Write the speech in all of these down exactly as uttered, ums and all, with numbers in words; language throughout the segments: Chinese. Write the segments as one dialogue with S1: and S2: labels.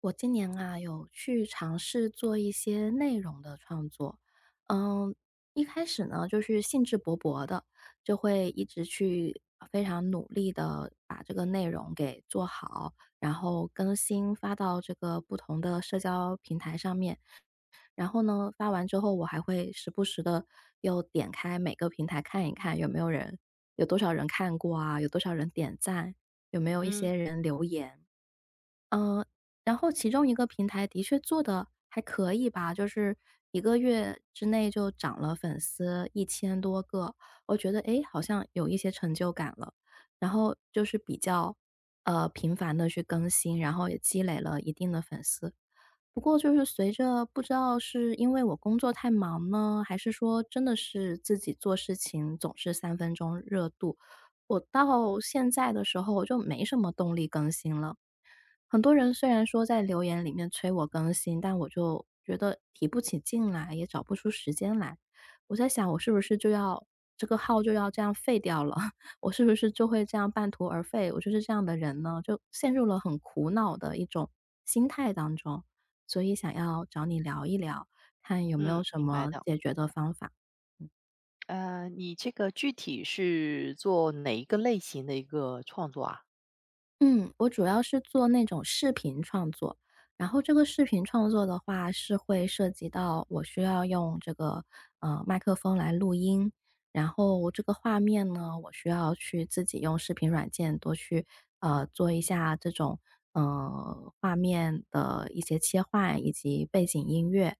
S1: 我今年啊，有去尝试做一些内容的创作。嗯，一开始呢，就是兴致勃勃的，就会一直去非常努力的把这个内容给做好，然后更新发到这个不同的社交平台上面。然后呢，发完之后，我还会时不时的又点开每个平台看一看有没有人，有多少人看过啊，有多少人点赞，有没有一
S2: 嗯
S1: 些人留言。嗯，然后其中一个平台的确做的还可以吧，就是一个月之内就涨了粉丝一千多个，我觉得，诶，好像有一些成就感了。然后就是比较，呃，频繁的去更新，然后也积累了一定的粉丝。不过就是随着不知道是因为我工作太忙呢，还是说真的是自己做事情总是三分钟热度，我到现在的时候我就没什么动力更新了。很多人虽然说在留言里面催我更新，但我就觉得提不起劲来，也找不出时间来。我在想，我是不是就要这个号就要这样废掉了？我是不是就会这样半途而废？我就是这样的人呢，就陷入了很苦恼的一种心态当中，所以想要找你聊一聊，看有没有
S2: 嗯，
S1: 什
S2: 明白
S1: 么
S2: 的。
S1: 解决的方法。嗯
S2: 呃，你这个具体是做哪一个类型的一个创作啊？
S1: 嗯，我主要是做那种视频创作，然后这个视频创作的话是会涉及到我需要用这个呃麦克风来录音，然后这个画面呢，我需要去自己用视频软件多去呃做一下这种呃画面的一些切换以及背景音乐，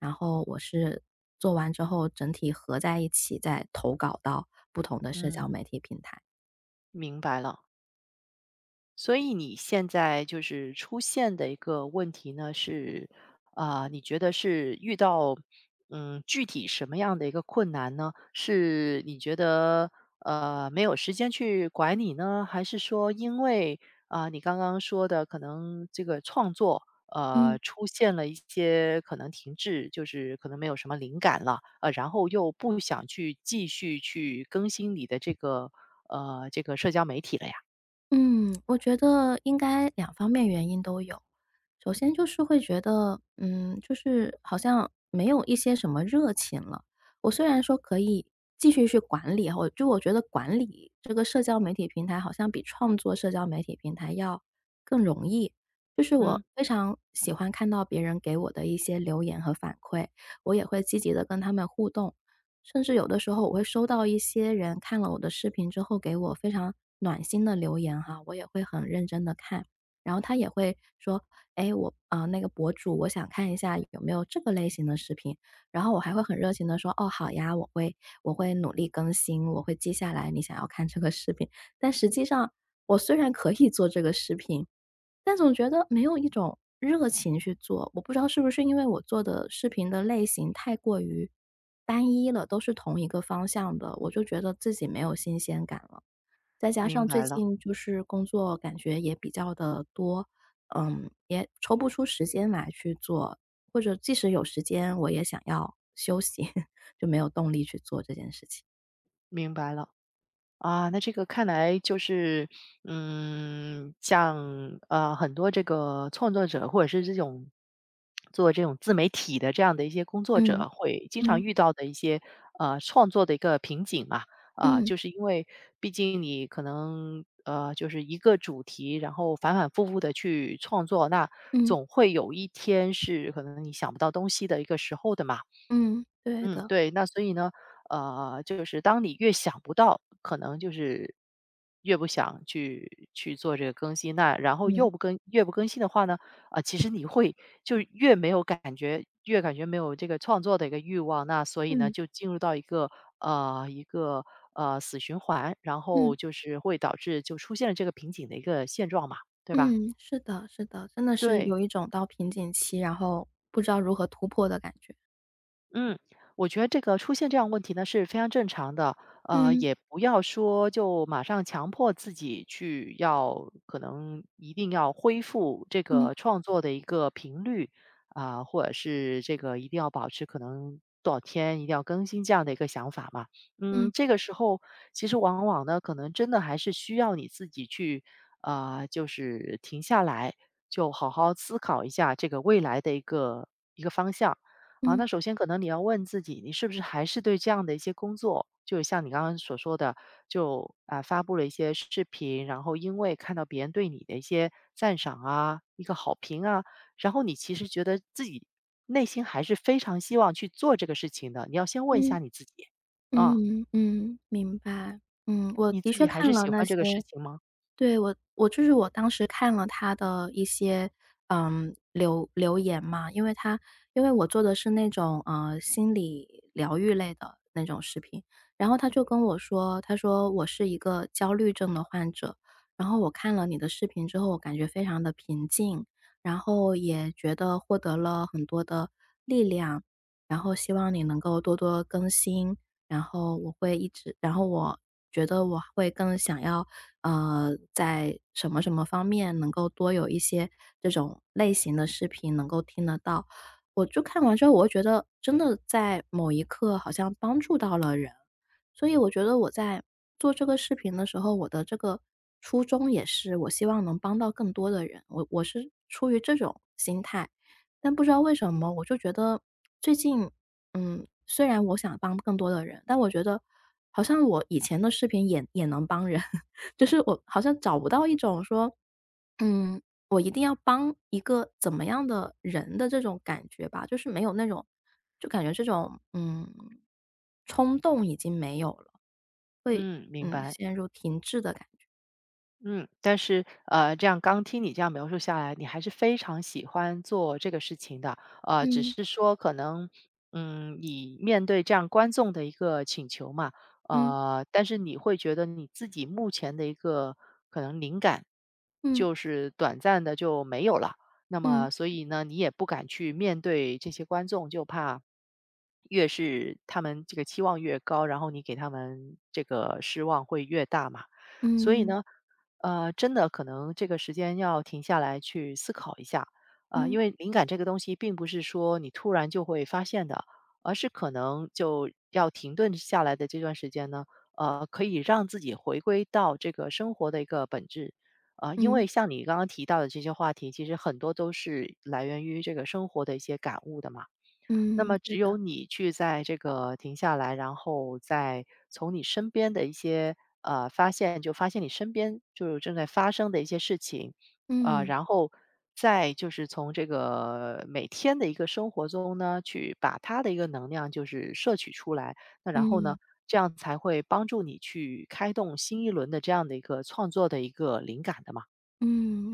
S1: 然后我是做完之后整体合在一起再投稿到不同的社交
S2: 嗯，
S1: 媒体平台。
S2: 明白了。所以你现在就是出现的一个问题呢，是啊、你觉得是遇到嗯具体什么样的一个困难呢？是你觉得呃没有时间去管理呢，还是说因为啊、你刚刚说的可能这个创作
S1: 嗯。
S2: 呃出现了一些可能停滞，就是可能没有什么灵感了，呃，然后又不想去继续去更新你的这个呃这个社交媒体了呀？
S1: 嗯，我觉得应该两方面原因都有。首先就是会觉得，嗯，就是好像没有一些什么热情了。我虽然说可以继续去管理，我就我觉得管理这个社交媒体平台好像比创作社交媒体平台要更容易。就是我
S2: 嗯。
S1: 非常喜欢看到别人给我的一些留言和反馈，我也会积极的跟他们互动。甚至有的时候我会收到一些人看了我的视频之后给我非常暖心的留言哈，我也会很认真的看。然后他也会说：“哎，我啊呃那个博主，我想看一下有没有这个类型的视频。”然后我还会很热情的说：“哦，好呀，我会我会努力更新，我会记下来你想要看这个视频。”但实际上，我虽然可以做这个视频，但总觉得没有一种热情去做，我不知道是不是因为我做的视频的类型太过于单一了，都是同一个方向的，我就觉得自己没有新鲜感了。再加
S2: 明
S1: 上最
S2: 白了，
S1: 近就是工作感觉也比较的多，嗯，也抽不出时间来去做，或者即使有时间，我也想要休息，就没有动力去做这件事情。
S2: 明白了。啊，那这个看来就是，嗯，像呃很多这个创作者或者是这种做这种自媒体的这样的一些工作
S1: 嗯
S2: 者，会经常
S1: 嗯
S2: 遇到的一些呃创作的一个瓶颈嘛，啊，
S1: 嗯
S2: 就是因为毕竟你可能呃就是一个主题，然后反反复复的去创作，那
S1: 嗯
S2: 总会有一天是可能你想不到东西的一个时候的嘛。
S1: 嗯，对
S2: 嗯，
S1: 的，
S2: 对，那所以呢，呃，就是当你越想不到，可能就是越不想去去做这个更新。那然后
S1: 嗯
S2: 又不更越不更新的话呢，啊、其实你会就是越没有感觉，越感觉没有这个创作的一个欲望。那所以呢，
S1: 嗯
S2: 就进入到一个呃一个呃死循环，然
S1: 嗯。
S2: 后就是会导致就出现了这个瓶颈的一个现状嘛，对吧？
S1: 嗯，是的是的，真的是
S2: 对，
S1: 有一种到瓶颈期，然后不知道如何突破的感觉。
S2: 嗯，我觉得这个出现这样问题呢是非常正常的，呃，
S1: 嗯，
S2: 也不要说就马上强迫自己去要，可能一定要恢复这
S1: 嗯，
S2: 个创作的一个频率啊、或者是这个一定要保持可能多少天一定要更新这样的一个想法嘛。
S1: 嗯，
S2: 嗯，这个时候其实往往呢，可能真的还是需要你自己去啊、就是停下来，就好好思考一下这个未来的一个一个方向。啊，
S1: 嗯，
S2: 那首先可能你要问自己，你是不是还是对这样的一些工作，就像你刚刚所说的，就啊、发布了一些视频，然后因为看到别人对你的一些赞赏啊，一个好评啊，然后你其实觉得自己内心还是非常希望去做这个事情的。你要先问一
S1: 嗯，
S2: 下你自己啊，
S1: 嗯，嗯，嗯明白。嗯，我
S2: 你
S1: 的
S2: 自己
S1: 确
S2: 还
S1: 看
S2: 是
S1: 了
S2: 喜
S1: 那
S2: 欢这个事
S1: 些
S2: 情吗？
S1: 对，我我就是我当时看了他的一些，嗯，留留言嘛，因为他因为我做的是那种，呃，心理疗愈类的那种视频，然后他就跟我说，他说：“我是一个焦虑症的患者，然后我看了你的视频之后，我感觉非常的平静，然后也觉得获得了很多的力量，然后希望你能够多多更新，然后我会一直然后我觉得我会更想要呃，在什么什么方面能够多有一些这种类型的视频能够听得到。我就看完之后，我会觉得真的在某一刻好像帮助到了人，所以我觉得我在做这个视频的时候，我的这个初衷也是我希望能帮到更多的人，我我是出于这种心态。但不知道为什么，我就觉得最近，嗯，虽然我想帮更多的人，但我觉得好像我以前的视频也也能帮人，就是我好像找不到一种说，嗯，我一定要帮一个怎么样的人的这种感觉吧，就是没有那种，就感觉这种嗯冲动已经没有了，会
S2: 嗯，明
S1: 嗯
S2: 白。
S1: 陷入停滞的感觉。
S2: 嗯，但是，呃，这样刚听你这样描述下来，你还是非常喜欢做这个事情的，呃，只
S1: 嗯
S2: 是说可能，嗯，你面对这样观众的一个请求嘛，
S1: 嗯
S2: 呃，但是你会觉得你自己目前的一个可能灵感，
S1: 嗯
S2: 就是短暂的就没有了，那
S1: 嗯
S2: 么所以呢，你也不敢去面对这些观众，就怕越是他们这个期望越高，然后你给他们这个失望会越大嘛，所以
S1: 嗯
S2: 呢。呃，真的可能这个时间要停下来去思考一下啊、
S1: 嗯
S2: 因为灵感这个东西并不是说你突然就会发现的，而是可能就要停顿下来的这段时间呢，呃，可以让自己回归到这个生活的一个本质。啊、因
S1: 嗯
S2: 为像你刚刚提到的这些话题，其实很多都是来源于这个生活的一些感悟的嘛。那
S1: 嗯，
S2: 么
S1: 对
S2: 只有
S1: 的。
S2: 你去在这个停下来，然后再从你身边的一些呃发现，就发现你身边就是正在发生的一些事情，呃，
S1: 嗯
S2: 然后再就是从这个每天的一个生活中呢，去把它的一个能量就是摄取出来，那然后呢，
S1: 嗯。
S2: 这样才会帮助你去开动新一轮的这样的一个创作的一个灵感的嘛。
S1: 嗯，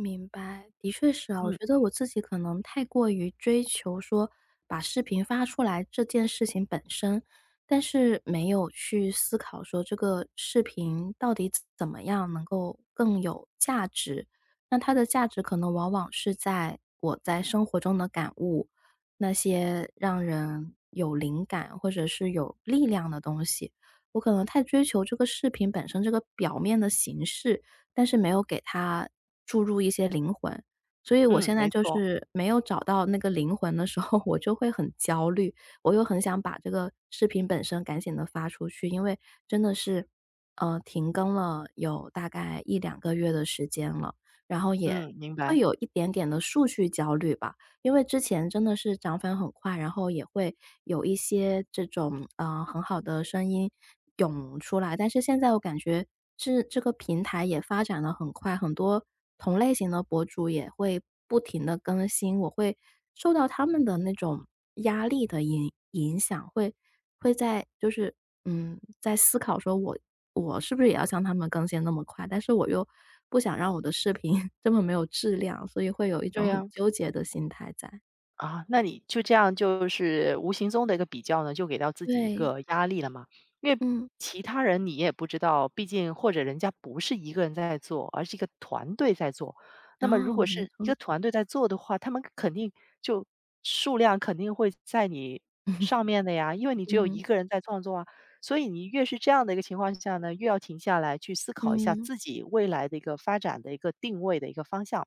S1: 明白，的确是啊。我
S2: 嗯
S1: 觉得我自己可能太过于追求说把视频发出来这件事情本身，但是没有去思考说这个视频到底怎么样能够更有价值。那它的价值可能往往是在我在生活中的感悟，那些让人有灵感或者是有力量的东西。我可能太追求这个视频本身这个表面的形式，但是没有给它注入一些灵魂。所以我
S2: 嗯，
S1: 现在
S2: 没
S1: 就
S2: 错，
S1: 是没有找到那个灵魂的时候，我就会很焦虑，我又很想把这个视频本身赶紧的发出去，因为真的是，呃，停更了有大概一两个月的时间了，然后也
S2: 嗯，明
S1: 会
S2: 白，
S1: 有一点点的数据焦虑吧。因为之前真的是涨粉很快，然后也会有一些这种，呃，很好的声音涌出来。但是现在我感觉这这个平台也发展的很快，很多同类型的博主也会不停的更新，我会受到他们的那种压力的影影响，会会在就是嗯，在思考说我我是不是也要像他们更新那么快？但是我又不想让我的视频 这么没有质量，所以会有一
S2: 对
S1: 种很
S2: 呀、
S1: 纠结的心态在。
S2: 啊，那你就这样就是无形中的一个比较呢，就给到自己一
S1: 对，
S2: 个压力了嘛。因为
S1: 嗯，
S2: 其他人你也不知道，毕竟或者人家不是一个人在做，而是一个团队在做。那么如
S1: 哦，
S2: 果
S1: 没
S2: 是一个
S1: 错，
S2: 团队在做的话，他们肯定就数量肯定会在你上面的呀，因为你只有
S1: 嗯，
S2: 一个人在创作啊。所以你越是这样的一个情况下呢，越要停下来去思考一下
S1: 嗯，
S2: 自己未来的一个发展的一个定位的一个方向。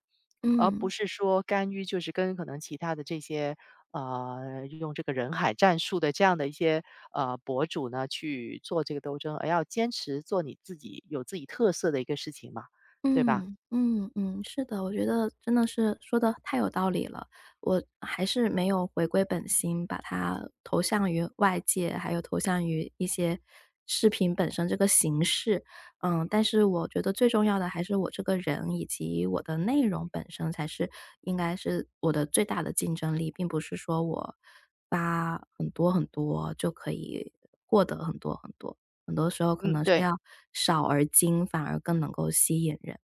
S2: 而不
S1: 嗯。
S2: 是说甘于就是跟可能其他的这些呃用这个人海战术的这样的一些呃博主呢去做这个斗争，而要坚持做你自己有自己特色的一个事情嘛，对吧？
S1: 嗯，嗯，嗯，是的，我觉得真的是说的太有道理了。我还是没有回归本心，把它投向于外界，还有投向于一些视频本身这个形式。嗯，但是我觉得最重要的还是我这个人以及我的内容本身才是应该是我的最大的竞争力，并不是说我发很多很多就可以获得很多很多。很多时候可
S2: 嗯，
S1: 能是
S2: 对，
S1: 要少而精，反而更能够吸引人。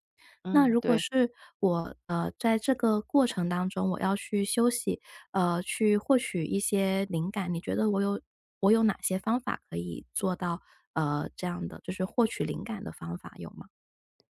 S1: 那
S2: 嗯，
S1: 如果
S2: 对。
S1: 是我，呃，在这个过程当中，我要去休息，呃，去获取一些灵感，你觉得我有我有哪些方法可以做到，呃，这样的就是获取灵感的方法有吗？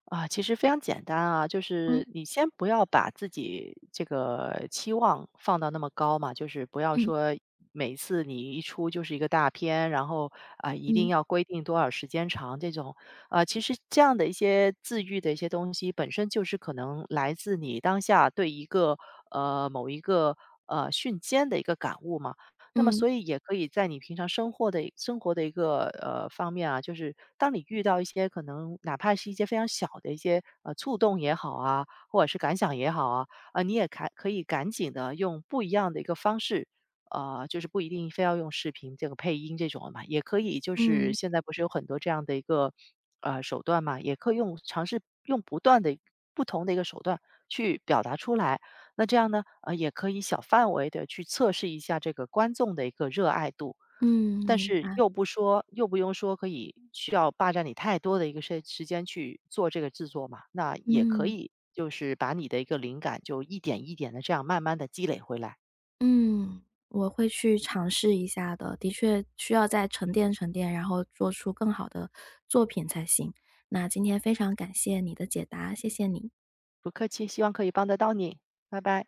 S2: 啊，其实非常简单啊，就
S1: 嗯
S2: 是你先不要把自己这个期望放到那么高嘛，就是不要
S1: 嗯
S2: 说每一次你一出就是一个大片，然后啊、一定
S1: 嗯
S2: 要规定多少时间长这种，啊，其实这样的一些自愈的一些东西，本身就是可能来自你当下对一个呃某一个呃瞬间的一个感悟嘛。那么
S1: 嗯
S2: 所以也可以在你平常生活的生活的一个呃方面啊，就是当你遇到一些可能哪怕是一些非常小的一些呃触动也好啊，或者是感想也好啊，啊、你也可可以赶紧的用不一样的一个方式。呃，就是不一定非要用视频这个配音这种的嘛，也可以，就是
S1: 嗯
S2: 现在不是有很多这样的一个呃手段嘛，也可以用尝试用不断的不同的一个手段去表达出来，那这样呢，呃，也可以小范围的去测试一下这个观众的一个热爱度，
S1: 嗯，
S2: 但
S1: 明白，
S2: 是又不说，又不用说可以需要霸占你太多的一个时时间去做这个制作嘛，那也可
S1: 嗯
S2: 以就是把你的一个灵感就一点一点的这样慢慢的积累回来。
S1: 嗯，我会去尝试一下的，的确需要再沉淀沉淀，然后做出更好的作品才行。那今天非常感谢你的解答，谢谢你。
S2: 不客气，希望可以帮得到你，拜拜。